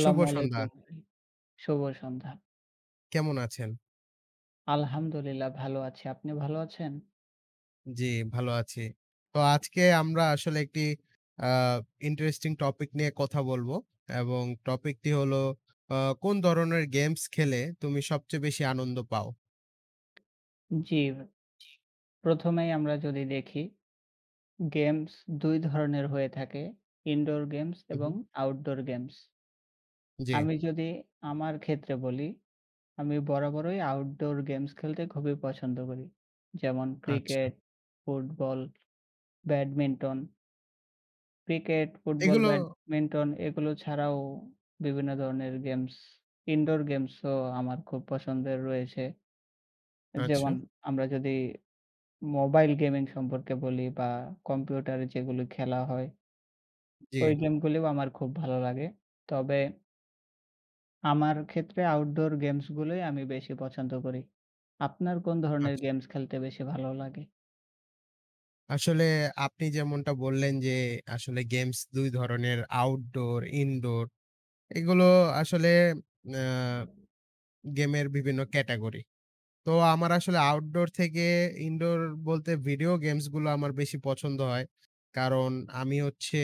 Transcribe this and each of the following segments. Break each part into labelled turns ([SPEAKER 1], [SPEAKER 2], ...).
[SPEAKER 1] শুভ সন্ধ্যা।
[SPEAKER 2] আলাইকুম ভাই। শুভ সন্ধ্যা।
[SPEAKER 1] কেমন আছেন?
[SPEAKER 2] আলহামদুলিল্লাহ ভালো আছি। আপনি ভালো আছেন?
[SPEAKER 1] জি, ভালো আছি। তো আজকে আমরা আসলে একটি আ ইন্টারেস্টিং টপিক নিয়ে কথা বলবো এবং টপিকটি হলো আ কোন ধরনের গেমস খেলে তুমি সবচেয়ে বেশি আনন্দ পাও?
[SPEAKER 2] জি, প্রথমেই আমরা যদি দেখি গেমস ২ ধরনের হয়ে থাকে। ইনডোর গেমস
[SPEAKER 1] হু, হু।
[SPEAKER 2] এবং আউটডোর গেমস।
[SPEAKER 1] জি,
[SPEAKER 2] আমি যদি আমার ক্ষেত্রে বলি, আমি বরাবরই আউটডোর গেমস খেলতে খুবই পছন্দ করি। যেমন
[SPEAKER 1] আচ্ছা।
[SPEAKER 2] Cricket, football, badminton. Cricket, football,
[SPEAKER 1] এগুলো
[SPEAKER 2] ব্যাডমিন্টন এগুলো ছাড়াও বিভিন্ন ধরনের গেমস, ইনডোর গেমসও আমার খুব পছন্দের রয়েছে।
[SPEAKER 1] আচ্ছা,
[SPEAKER 2] যেমন আমরা যদি মোবাইল গেমিং সম্পর্কে বলি বা কম্পিউটারে যেগুলো খেলা হয়,
[SPEAKER 1] জি,
[SPEAKER 2] ওই গেমগুলিও আমার খুব ভালো লাগে। তবে আমার ক্ষেত্রে আউটডোর গেমস গুলোই আমি বেশি পছন্দ করি। আপনার কোন ধরনের
[SPEAKER 1] আচ্ছা।
[SPEAKER 2] গেমস খেলতে বেশি ভালো লাগে?
[SPEAKER 1] আসলে আপনি যেমনটা বললেন যে আসলে গেমস ২ ধরনের আউটডোর, ইনডোর এগুলো আসলে আ গেমের বিভিন্ন ক্যাটেগরি। তো আমার আসলে আউটডোর থেকে ইনডোর বলতে ভিডিও গেমস গুলো আমার বেশি পছন্দ হয়। কারণ আমি হচ্ছে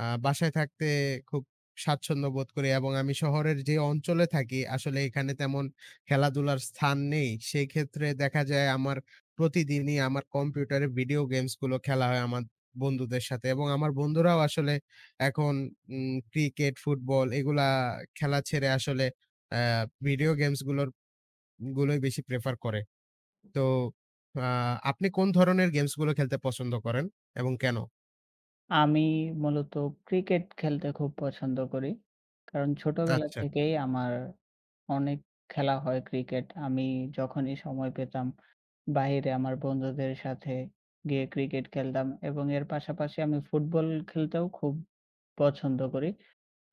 [SPEAKER 1] বাসায় থাকতে খুব স্বাচ্ছন্দ্য বোধ করি এবং আমি শহরের যে অঞ্চলে থাকি আসলে এখানে তেমন খেলাধুলার স্থান নেই। সেক্ষেত্রে দেখা যায় আমার প্রতিদিনই আমার কম্পিউটারে ভিডিও গেমস গুলো খেলা হয় আমার বন্ধুদের সাথে এবং আমার বন্ধুরাও আসলে এখন ক্রিকেট, ফুটবল এগুলা খেলা ছেড়ে আসলে অ্যা ভিডিও গেমস গুলোর গুলোই বেশি প্রেফার করে। তো আ আপনি কোন ধরনের গেমস গুলো খেলতে পছন্দ করেন এবং কেন?
[SPEAKER 2] আমি মূলত ক্রিকেট খেলতে খুব পছন্দ করি। কারণ ছোটবেলা
[SPEAKER 1] আচ্ছা,
[SPEAKER 2] থেকেই আমার অনেক খেলা হয় ক্রিকেট। আমি যখনই সময় পেতাম বাহিরে আমার বন্ধুদের সাথে গিয়ে ক্রিকেট খেলতাম এবং এর পাশাপাশি আমি ফুটবল খেলতেও খুব পছন্দ করি।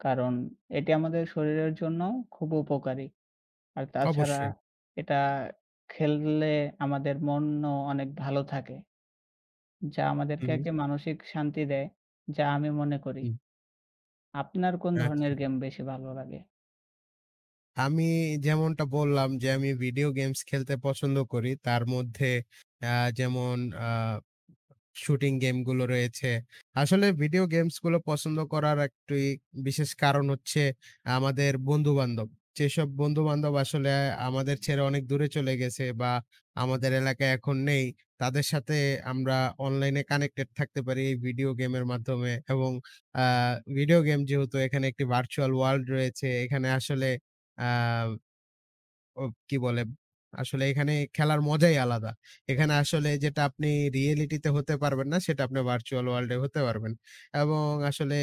[SPEAKER 2] কারণ এটি আমাদের শরীরের জন্যও খুব উপকারী। আর তাছাড়া
[SPEAKER 1] অবশ্যই।
[SPEAKER 2] এটা খেললে আমাদের মনও অনেক ভালো থাকে। যা
[SPEAKER 1] হু,
[SPEAKER 2] আমাদেরকে
[SPEAKER 1] হু,
[SPEAKER 2] একটা মানসিক শান্তি দেয়, যা আমি মনে করি।
[SPEAKER 1] হুম।
[SPEAKER 2] আপনার কোন
[SPEAKER 1] আচ্ছা।
[SPEAKER 2] ধরনের গেম বেশি ভালো লাগে?
[SPEAKER 1] আমি যেমনটা বললাম যে আমি ভিডিও গেমস খেলতে পছন্দ করি। তার মধ্যে আ যেমন আ শুটিং গেমগুলো রয়েছে। আসলে ভিডিও গেমসগুলো পছন্দ করার একটি বিশেষ কারণ হচ্ছে আমাদের বন্ধু-বান্ধব। যেসব বন্ধু-বান্ধব আসলে আমাদের ছেড়ে অনেক দূরে চলে গেছে বা আমাদের এলাকায় এখন নেই, তাদের সাথে আমরা অনলাইনে কানেক্টেড থাকতে পারি এই ভিডিও গেমের মাধ্যমে এবং আ ভিডিও গেম যেহেতু এখানে একটি ভার্চুয়াল ওয়ার্ল্ড রয়েছে, এখানে আসলে আ ও কি বলে? আসলে এখানে খেলার মজাই আলাদা। এখানে আসলে যেটা আপনি রিয়েলিটি তে হতে পারবেন না, সেটা আপনি ভার্চুয়াল ওয়ার্ল্ড এ হতে পারবেন। এবং আসলে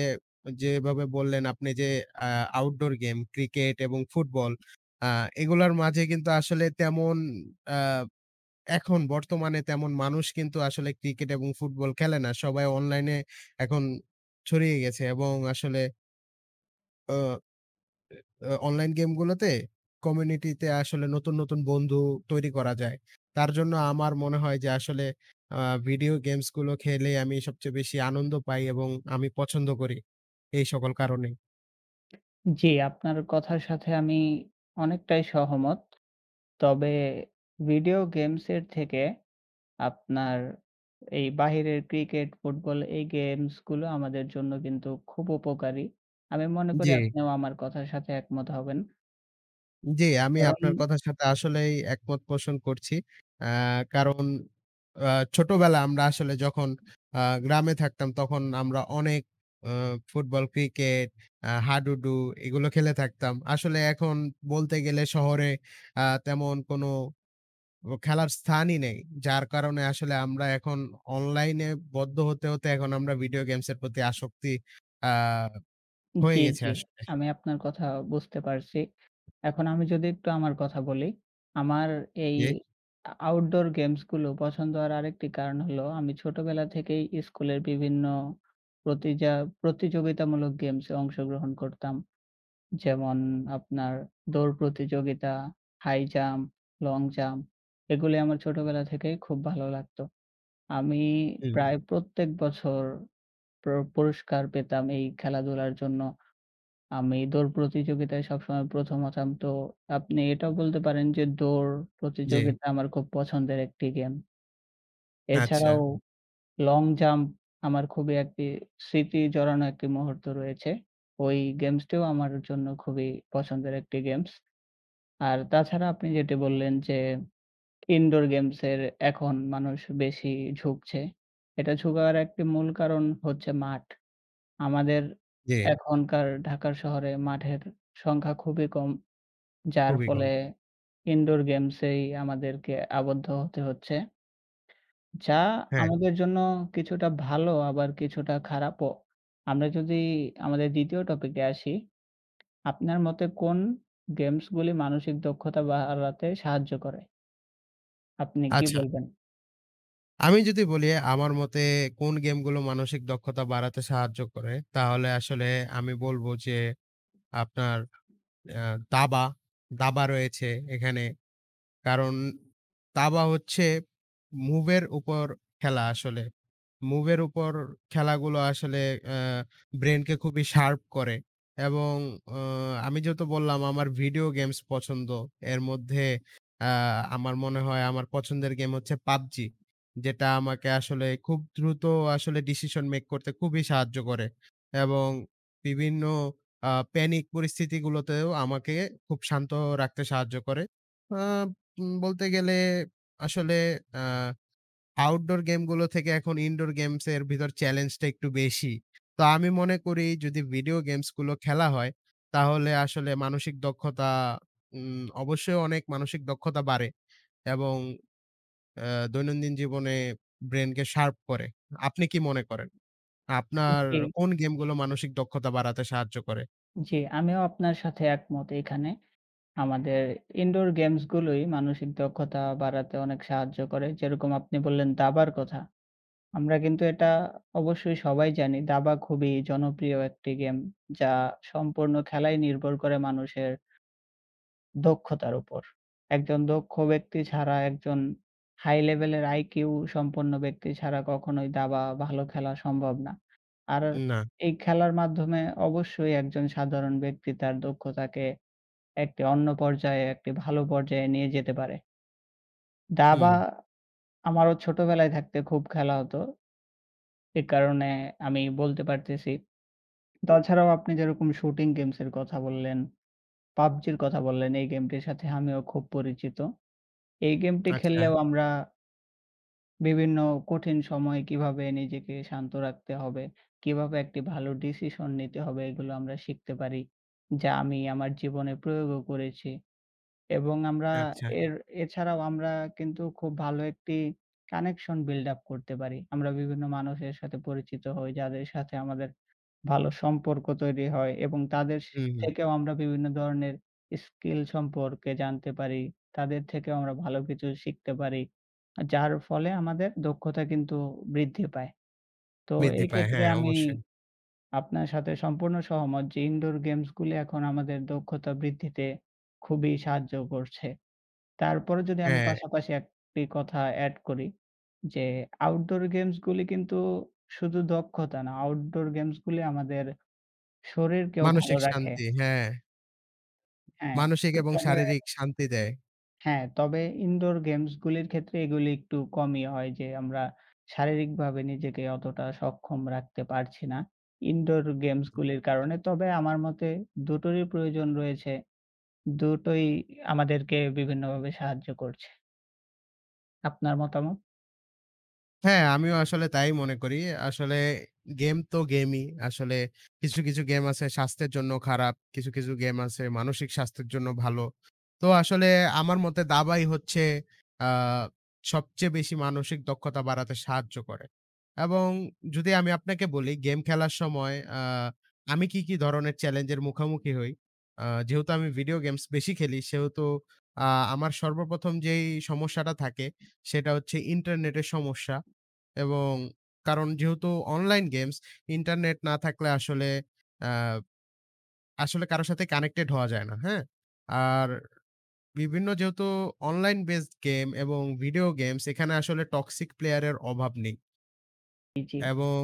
[SPEAKER 1] যেভাবে বললেন আপনি যে আ আউটডোর গেম, ক্রিকেট এবং ফুটবল আ এগুলার মাঝে কিন্তু আসলে তেমন আ এখন বর্তমানে তেমন মানুষ কিন্তু আসলে ক্রিকেট এবং ফুটবল খেলে না। সবাই অনলাইনে এখন ছড়িয়ে গেছে এবং আসলে অনলাইন গেমগুলোতে কমিউনিটিতে আসলে নতুন, নতুন বন্ধু তৈরি করা যায়। তার জন্য আমার মনে হয় যে আসলে আ ভিডিও গেমসগুলো খেলে আমি সবচেয়ে বেশি আনন্দ পাই এবং আমি পছন্দ করি এই সকল কারণেই।
[SPEAKER 2] জি, আপনার কথার সাথে আমি অনেকটাই সহমত। তবে ভিডিও গেমসের থেকে আপনার এই বাহিরের ক্রিকেট, ফুটবল এই গেমস গুলো আমাদের জন্য কিন্তু খুব উপকারী। আমি মনে করি
[SPEAKER 1] জি।
[SPEAKER 2] আপনিও আমার কথার সাথে একমত হবেন।
[SPEAKER 1] জি, আমি
[SPEAKER 2] কারণ
[SPEAKER 1] আপনার কথার সাথে আসলেই একমত পোষণ করছি। আ কারণ আ ছোটবেলা আমরা আসলে যখন আ গ্রামে থাকতাম তখন আমরা অনেক আ ফুটবল, ক্রিকেট, হাডুডু এগুলো খেলে থাকতাম। আসলে এখন বলতে গেলে শহরে তেমন কোনো ও খেলার স্থানই নেই। যার কারণে আসলে আমরা এখন অনলাইনে বদ্ধ হতে এখন আমরা ভিডিও গেমসের প্রতি আসক্তি আ হয়ে
[SPEAKER 2] জি,
[SPEAKER 1] গেছে
[SPEAKER 2] জি।
[SPEAKER 1] আসলে।
[SPEAKER 2] আমি আপনার কথা বুঝতে পারছি। এখন আমি যদি একটু আমার কথা বলি, আমার এই
[SPEAKER 1] জি,
[SPEAKER 2] আউটডোর গেমস গুলো পছন্দ হওয়ার আরেকটি কারণ হলো আমি ছোটবেলা থেকেই স্কুলের বিভিন্ন প্রতিজা প্রতিযোগিতামূলক গেমস এ অংশগ্রহণ করতাম। যেমন আপনার দৌড় প্রতিযোগিতা, হাই জাম্প, লং জাম্প এগুলি আমার ছোটবেলা থেকেই খুব ভালো লাগতো। আমি
[SPEAKER 1] হুম,
[SPEAKER 2] প্রায় প্রত্যেক বছর পুরস্কার পেতাম এই খেলাধুলার জন্য। আমি দৌড় প্রতিযোগিতায় সবসময় ১ম হতাম। তো আপনি এটাও বলতে পারেন যে দৌড়
[SPEAKER 1] জি।
[SPEAKER 2] প্রতিযোগিতা আমার খুব পছন্দের একটি গেম।
[SPEAKER 1] আচ্ছা,
[SPEAKER 2] এছাড়াও লং জাম্প আমার খুবই একটি স্মৃতি জড়ানো একটি মুহূর্ত রয়েছে। ওই গেমসটিও আমার জন্য খুবই পছন্দের একটি গেমস। আর তাছাড়া আপনি যেটি বললেন যে, ইনডোর গেমস এর এখন মানুষ বেশি ঝুঁকছে। এটা ঝুঁকার একটি মূল কারণ হচ্ছে মাঠ। আমাদের
[SPEAKER 1] জি,
[SPEAKER 2] এখনকার ঢাকার শহরে মাঠের সংখ্যা খুবই কম। যার
[SPEAKER 1] খুবই কম।
[SPEAKER 2] ফলে ইনডোর গেমস এই আমাদেরকে আবদ্ধ হতে হচ্ছে। যা
[SPEAKER 1] হ্যাঁ,
[SPEAKER 2] আমাদের জন্য কিছুটা ভালো আবার কিছুটা খারাপও। আমরা যদি আমাদের ২য় টপিকে আসি, আপনার মতে কোন গেমসগুলি মানসিক দক্ষতা বাড়াতে সাহায্য করে? আপনি কি
[SPEAKER 1] আচ্ছা।
[SPEAKER 2] বলবেন?
[SPEAKER 1] আমি যদি বলি আমার মতে কোন গেমগুলো মানসিক দক্ষতা বাড়াতে সাহায্য করে, তাহলে আসলে আমি বলব যে আপনার আ দাবা, দাবা রয়েছে এখানে। কারণ দাবা হচ্ছে মুভের উপর খেলা আসলে। মুভের উপর খেলাগুলো আসলে আ ব্রেইনকে খুবই শার্প করে এবং আ আমি যেহেতু বললাম আমার ভিডিও গেমস পছন্দ। এর মধ্যে আ আমার মনে হয় আমার পছন্দের গেম হচ্ছে PUBG। যেটা আমাকে আসলে খুব দ্রুত আসলে ডিসিশন মেক করতে খুবই সাহায্য করে এবং বিভিন্ন প্যানিক পরিস্থিতিগুলোতেও আমাকে খুব শান্ত রাখতে সাহায্য করে। আ উম বলতে গেলে আসলে আ আউটডোর গেমগুলো থেকে এখন ইনডোর গেমস এর ভিতর চ্যালেঞ্জটা একটু বেশি। তো আমি মনে করি যদি ভিডিও গেমস গুলো খেলা হয়, তাহলে আসলে মানসিক দক্ষতা অবশ্যই অনেক মানসিক দক্ষতা বাড়ে এবং আ দৈনন্দিন জীবনে ব্রেইনকে শার্প করে। আপনি কি মনে করেন? আপনার
[SPEAKER 2] জি,
[SPEAKER 1] কোন গেমগুলো মানসিক দক্ষতা বাড়াতে সাহায্য করে?
[SPEAKER 2] জি, আমিও আপনার সাথে একমত এখানে। আমাদের ইনডোর গেমস গুলোই মানসিক দক্ষতা বাড়াতে অনেক সাহায্য করে। যেরকম আপনি বললেন দাবার কথা। আমরা কিন্তু এটা অবশ্যই সবাই জানি। দাবা খুবই জনপ্রিয় একটি গেম যা সম্পূর্ণ খেলাই নির্ভর করে মানুষের দক্ষতার উপর। একজন দক্ষ ব্যক্তি ছাড়া, একজন হাই লেভেলের আইকিউ সম্পন্ন ব্যক্তি ছাড়া কখনোই দাবা ভালো খেলা সম্ভব না। আর
[SPEAKER 1] না।
[SPEAKER 2] এই খেলার মাধ্যমে অবশ্যই একজন সাধারণ ব্যক্তি তার দক্ষতাকে একটি অন্য পর্যায়ে, একটি ভালো পর্যায়ে নিয়ে যেতে পারে।
[SPEAKER 1] হুম।
[SPEAKER 2] দাবা আমারও ছোটবেলায় থাকতে খুব খেলা হতো। এ কারণে আমি বলতে পারতেছি। তাছাড়াও আপনি যেরকম শুটিং গেমস এর কথা বললেন, PUBG র কথা বললেন, এই গেমটির সাথে আমিও খুব পরিচিত। এই গেমটি
[SPEAKER 1] আচ্ছা,
[SPEAKER 2] খেললেও আমরা বিভিন্ন কঠিন সময়ে কিভাবে নিজেকে শান্ত রাখতে হবে, কিভাবে একটি ভালো ডিসিশন নিতে হবে এগুলো আমরা শিখতে পারি। যা আমি আমার জীবনে প্রয়োগও করেছি এবং আমরা
[SPEAKER 1] আচ্ছা।
[SPEAKER 2] এর এছাড়াও আমরা কিন্তু খুব ভালো একটি কানেকশন বিল্ড আপ করতে পারি। আমরা বিভিন্ন মানুষের সাথে পরিচিত হই যাদের সাথে আমাদের ভালো সম্পর্ক তৈরি হয় এবং তাদের
[SPEAKER 1] হুম, হুম।
[SPEAKER 2] থেকেও আমরা বিভিন্ন ধরনের স্কিল সম্পর্কে জানতে পারি। তাদের থেকেও আমরা ভালো কিছু শিখতে পারি। যার ফলে আমাদের দক্ষতা কিন্তু বৃদ্ধি পায়। তো
[SPEAKER 1] বৃদ্ধি
[SPEAKER 2] এই
[SPEAKER 1] পায়।
[SPEAKER 2] ক্ষেত্রে
[SPEAKER 1] হ্যাঁ,
[SPEAKER 2] আমি
[SPEAKER 1] অবশ্যই।
[SPEAKER 2] আপনার সাথে সম্পূর্ণ সহমত যে ইনডোর গেমস গুলি এখন আমাদের দক্ষতা বৃদ্ধিতে খুবই সাহায্য করছে। তারপরে যদি আমি
[SPEAKER 1] হ্যাঁ।
[SPEAKER 2] পাশাপাশি একটি কথা এড করি যে আউটডোর গেমস গুলি কিন্তু শুধু দক্ষতা না, আউটডোর গেমস গুলি আমাদের শরীরকেও ভালো
[SPEAKER 1] মানসিক
[SPEAKER 2] রাখে।
[SPEAKER 1] শান্তি, হ্যাঁ।
[SPEAKER 2] হ্যাঁ,
[SPEAKER 1] মানসিক
[SPEAKER 2] তো
[SPEAKER 1] এবং
[SPEAKER 2] তবে
[SPEAKER 1] শারীরিক শান্তি দেয়।
[SPEAKER 2] হ্যাঁ, তবে ইনডোর গেমস গুলির ক্ষেত্রে এগুলি একটু কমই হয় যে আমরা শারীরিকভাবে নিজেকে অতটা সক্ষম রাখতে পারছি না। ইনডোর গেমস গুলির কারণে। তবে আমার মতে দুটোরই প্রয়োজন রয়েছে। দুটোই আমাদেরকে বিভিন্নভাবে সাহায্য করছে। আপনার মতামত?
[SPEAKER 1] হ্যাঁ, আমিও আসলে তাই মনে করি। আসলে গেম তো গেমই। আসলে কিছু, কিছু গেম আছে স্বাস্থ্যের জন্য খারাপ, কিছু, কিছু গেম আছে মানসিক স্বাস্থ্যের জন্য ভালো। তো আসলে আমার মতে দাবাই হচ্ছে আ সবচেয়ে বেশি মানসিক দক্ষতা বাড়াতে সাহায্য করে। এবং যদি আমি আপনাকে বলি গেম খেলার সময় আমি কি, কি ধরনের চ্যালেঞ্জের মুখোমুখি হই? যেহেতু আমি ভিডিও গেমস বেশি খেলি সেহেতু আ আমার সর্বপ্রথম যেই সমস্যাটা থাকে সেটা হচ্ছে ইন্টারনেটের সমস্যা। এবং কারণ যেহেতু অনলাইন গেমস, ইন্টারনেট না থাকলে আসলে আ আসলে কারো সাথে কানেক্টেড হওয়া যায় না, হ্যাঁ? আর বিভিন্ন যেহেতু অনলাইন বেসড গেম এবং ভিডিও গেমস এখানে আসলে টক্সিক প্লেয়ার এর অভাব নেই
[SPEAKER 2] জি, জি
[SPEAKER 1] এবং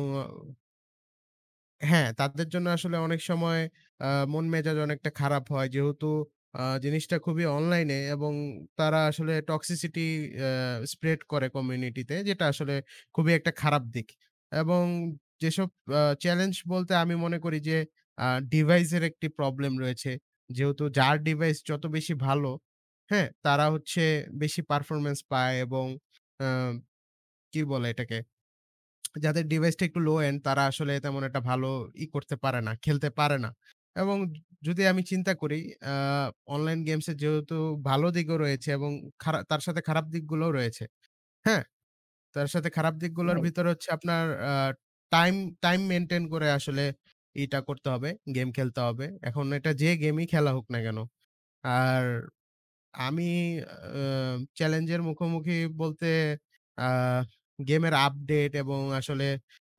[SPEAKER 1] হ্যাঁ, তাদের জন্য আসলে অনেক সময় আ মন মেজাজ অনেকটা খারাপ হয়। যেহেতু জিনিসটা খুবই অনলাইনে এবং তারা আসলে টক্সিসিটি আ স্প্রেড করে কমিউনিটিতে যেটা আসলে খুবই একটা খারাপ দিক। এবং যেসব চ্যালেঞ্জ বলতে আমি মনে করি যে আ ডিভাইসের একটি প্রবলেম রয়েছে। যেহেতু যার ডিভাইস যত বেশি ভালো, হ্যাঁ? তারা হচ্ছে বেশি পারফরম্যান্স পায় এবং আ কি বলে এটাকে? যাদের ডিভাইসটা একটু লো এন্ড তারা আসলে তেমন একটা ভালো ই করতে পারে না, খেলতে পারে না। এবং যদি আমি চিন্তা করি আ অনলাইন গেমসের যেহেতু ভালো দিকও রয়েছে এবং তার সাথে খারাপ দিকগুলোও রয়েছে। হ্যাঁ? তার সাথে খারাপ দিকগুলোর
[SPEAKER 2] ভাই।
[SPEAKER 1] ভিতরে হচ্ছে আপনার আ টাইম, টাইম মেইনটেইন করে আসলে এটা করতে হবে, গেম খেলতে হবে। এখন এটা যে গেমই খেলা হোক না কেন। আর আমি আ চ্যালেঞ্জের মুখোমুখি বলতে আ গেমের আপডেট এবং আসলে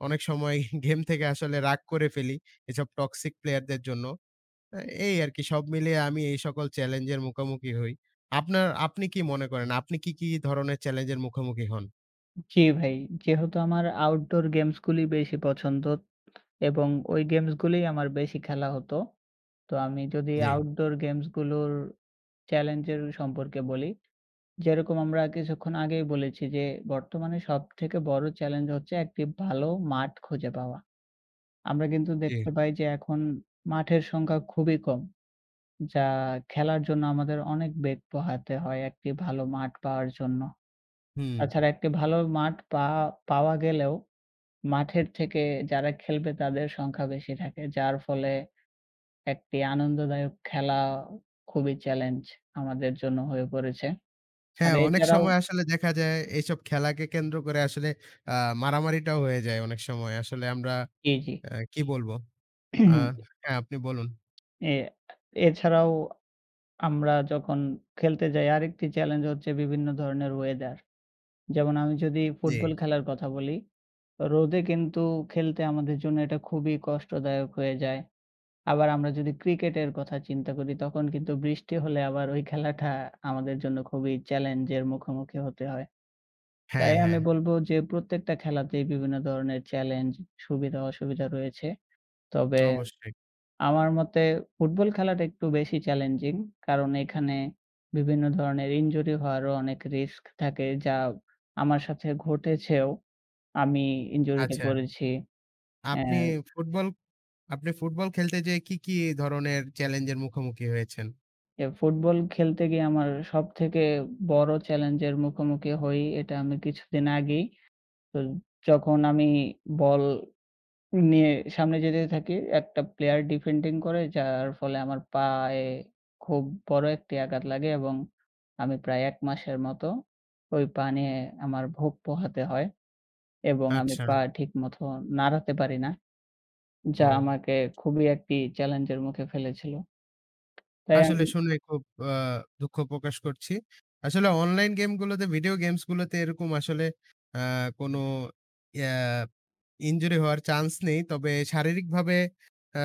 [SPEAKER 1] অনেক সময় গেম থেকে আসলে রাগ করে ফেলি এসব টক্সিক প্লেয়ারদের জন্য। আ এই আরকি সব মিলিয়ে আমি এই সকল চ্যালেঞ্জের মুখোমুখি হই। আপনি কি মনে করেন? আপনি কি, কি ধরনের চ্যালেঞ্জের মুখোমুখি হন?
[SPEAKER 2] জি ভাই। যেহেতু আমার আউটডোর গেমস গুলি বেশি পছন্দ এবং ওই গেমস গুলিই আমার বেশি খেলা হতো। তো আমি যদি
[SPEAKER 1] জি,
[SPEAKER 2] আউটডোর গেমস গুলোর চ্যালেঞ্জের সম্পর্কে বলি। যেরকম আমরা কিছুক্ষণ আগেই বলেছি যে, বর্তমানে সবথেকে বড় চ্যালেঞ্জ হচ্ছে একটি ভালো মাঠ খুঁজে পাওয়া। আমরা কিন্তু
[SPEAKER 1] জি।
[SPEAKER 2] দেখতে পাই যে এখন মাঠের সংখ্যা খুবই কম। যা খেলার জন্য আমাদের অনেক বেগ পোহাতে হয় একটি ভালো মাঠ পাওয়ার জন্য।
[SPEAKER 1] হুম।
[SPEAKER 2] তাছাড়া একটি ভালো মাঠ পাওয়া গেলেও মাঠের থেকে যারা খেলবে তাদের সংখ্যা বেশি থাকে। যার ফলে একটি আনন্দদায়ক খেলা খুবই চ্যালেঞ্জ আমাদের জন্য হয়ে পড়েছে। আর
[SPEAKER 1] হ্যাঁ, অনেক
[SPEAKER 2] এছাড়াও
[SPEAKER 1] সময় আসলে দেখা যায় এইসব খেলাকে কেন্দ্র করে আসলে আ মারামারিটাও হয়ে যায় অনেক সময়। আসলে আমরা
[SPEAKER 2] জি, জি।
[SPEAKER 1] কি বলব? আ হ্যাঁ, আপনি বলুন।
[SPEAKER 2] এ এছাড়াও আমরা যখন খেলতে যাই আরেকটি চ্যালেঞ্জ হচ্ছে বিভিন্ন ধরনের ওয়েদার। যেমন আমি যদি
[SPEAKER 1] জি।
[SPEAKER 2] ফুটবল খেলার কথা বলি, রোদে কিন্তু খেলতে আমাদের জন্য এটা খুবই কষ্টদায়ক হয়ে যায়। আবার আমরা যদি ক্রিকেটের কথা চিন্তা করি তখন কিন্তু বৃষ্টি হলে আবার ওই খেলাটা আমাদের জন্য খুবই চ্যালেঞ্জের মুখোমুখি হতে হয়।
[SPEAKER 1] হ্যাঁ,
[SPEAKER 2] তাই আমি
[SPEAKER 1] হ্যাঁ,
[SPEAKER 2] বলব যে প্রত্যেকটা খেলাতেই বিভিন্ন ধরনের চ্যালেঞ্জ, সুবিধা অসুবিধা রয়েছে। তবে
[SPEAKER 1] অবশ্যই।
[SPEAKER 2] আমার মতে ফুটবল খেলাটা একটু বেশি চ্যালেঞ্জিং। কারণ এখানে বিভিন্ন ধরনের ইনজুরি হওয়ারও অনেক রিস্ক থাকে। যা আমার সাথে ঘটেছেও। আমি ইনজুরিতে
[SPEAKER 1] আচ্ছা,
[SPEAKER 2] পড়েছি। অ্যা
[SPEAKER 1] আপনি ফুটবল আপনি ফুটবল খেলতে যেয়ে কি, কি ধরনের চ্যালেঞ্জের মুখোমুখি হয়েছেন?
[SPEAKER 2] এ ফুটবল খেলতে গিয়ে আমার সবথেকে বড় চ্যালেঞ্জের মুখোমুখি হই। এটা আমি কিছুদিন আগেই। তো যখন আমি বল নিয়ে সামনে যেতে থাকি। একটা প্লেয়ার ডিফেন্ডিং করে যার ফলে আমার পায়ে খুব বড় একটি আঘাত লাগে এবং আমি প্রায় ১ মাসের মতো ওই পা নিয়ে আমার ভোগ পোহাতে হয় এবং আমি
[SPEAKER 1] আচ্ছা,
[SPEAKER 2] পা ঠিকমতো নাড়াতে পারি না। যা
[SPEAKER 1] ও
[SPEAKER 2] আমাকে খুবই একটি চ্যালেঞ্জের মুখে ফেলেছিল। তাই
[SPEAKER 1] আসলে
[SPEAKER 2] আমি
[SPEAKER 1] শুনে খুব আ দুঃখ প্রকাশ করছি। আসলে অনলাইন গেমগুলোতে, ভিডিও গেমস গুলোতে এরকম আসলে আ কোনো ইয়া ইনজুরি হওয়ার চান্স নেই। তবে শারীরিকভাবে আ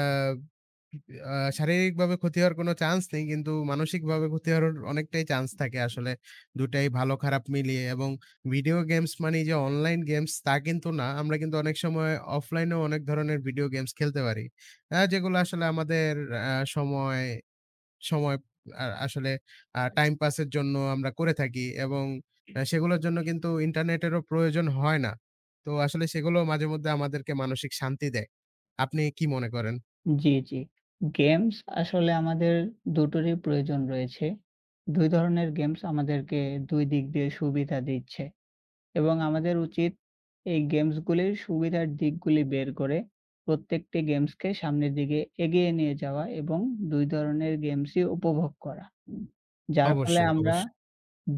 [SPEAKER 1] আ শারীরিকভাবে ক্ষতি হওয়ার কোনো চান্স নেই। কিন্তু মানসিকভাবে ক্ষতি হওয়ার অনেকটাই চান্স থাকে আসলে। ২ টাই ভালো খারাপ মিলিয়ে এবং ভিডিও গেমস মানেই যে অনলাইন গেমস তা কিন্তু না। আমরা কিন্তু অনেক সময় অফলাইনেও অনেক ধরনের ভিডিও গেমস খেলতে পারি। যেগুলো আসলে আমাদের আ সময় সময় আ আসলে টাইম পাসের জন্য আমরা করে থাকি এবং সেগুলোর জন্য কিন্তু ইন্টারনেটেরও প্রয়োজন হয় না। তো আসলে সেগুলো মাঝেমধ্যে আমাদেরকে মানসিক শান্তি দেয়। আপনি কি মনে করেন?
[SPEAKER 2] জি, জি। গেমস আসলে আমাদের দুটোরই প্রয়োজন রয়েছে। ২ ধরনের গেমস আমাদেরকে ২ দিক দিয়ে সুবিধা দিচ্ছে। এবং আমাদের উচিত এই গেমসগুলির সুবিধার দিকগুলি বের করে প্রত্যেকটি গেমসকে সামনের দিকে এগিয়ে নিয়ে যাওয়া এবং ২ ধরনের গেমসই উপভোগ করা। যার ফলে
[SPEAKER 1] অবশ্যই,
[SPEAKER 2] আমরা
[SPEAKER 1] অবশ্যই।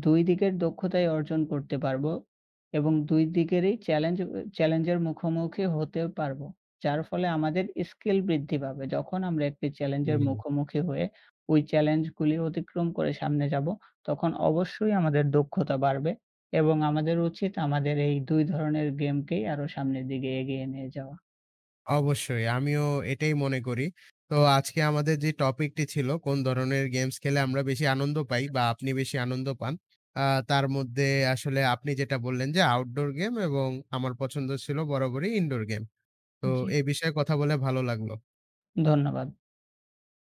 [SPEAKER 2] ২ দিকের দক্ষতাই অর্জন করতে পারবো এবং ২ দিকেরই চ্যালেঞ্জ চ্যালেঞ্জের মুখোমুখি হতে পারবো। যার ফলে আমাদের স্কিল বৃদ্ধি পাবে। যখন আমরা একটি চ্যালেঞ্জের
[SPEAKER 1] হুম,
[SPEAKER 2] মুখোমুখি হয়ে ওই চ্যালেঞ্জগুলি অতিক্রম করে সামনে যাবো, তখন অবশ্যই আমাদের দক্ষতা বাড়বে এবং আমাদের উচিত আমাদের এই ২ ধরনের গেমকেই আরো সামনের দিকে এগিয়ে নিয়ে যাওয়া।
[SPEAKER 1] অবশ্যই আমিও এটাই মনে করি। তো আজকে আমাদের যে টপিকটি ছিল কোন ধরনের গেমস খেলে আমরা বেশি আনন্দ পাই বা আপনি বেশি আনন্দ পান। আ তার মধ্যে আসলে আপনি যেটা বললেন যে আউটডোর গেম এবং আমার পছন্দ ছিল বরাবরই ইনডোর গেম। তো
[SPEAKER 2] জি,
[SPEAKER 1] এই বিষয়ে কথা বলে ভালো লাগলো।
[SPEAKER 2] ধন্যবাদ।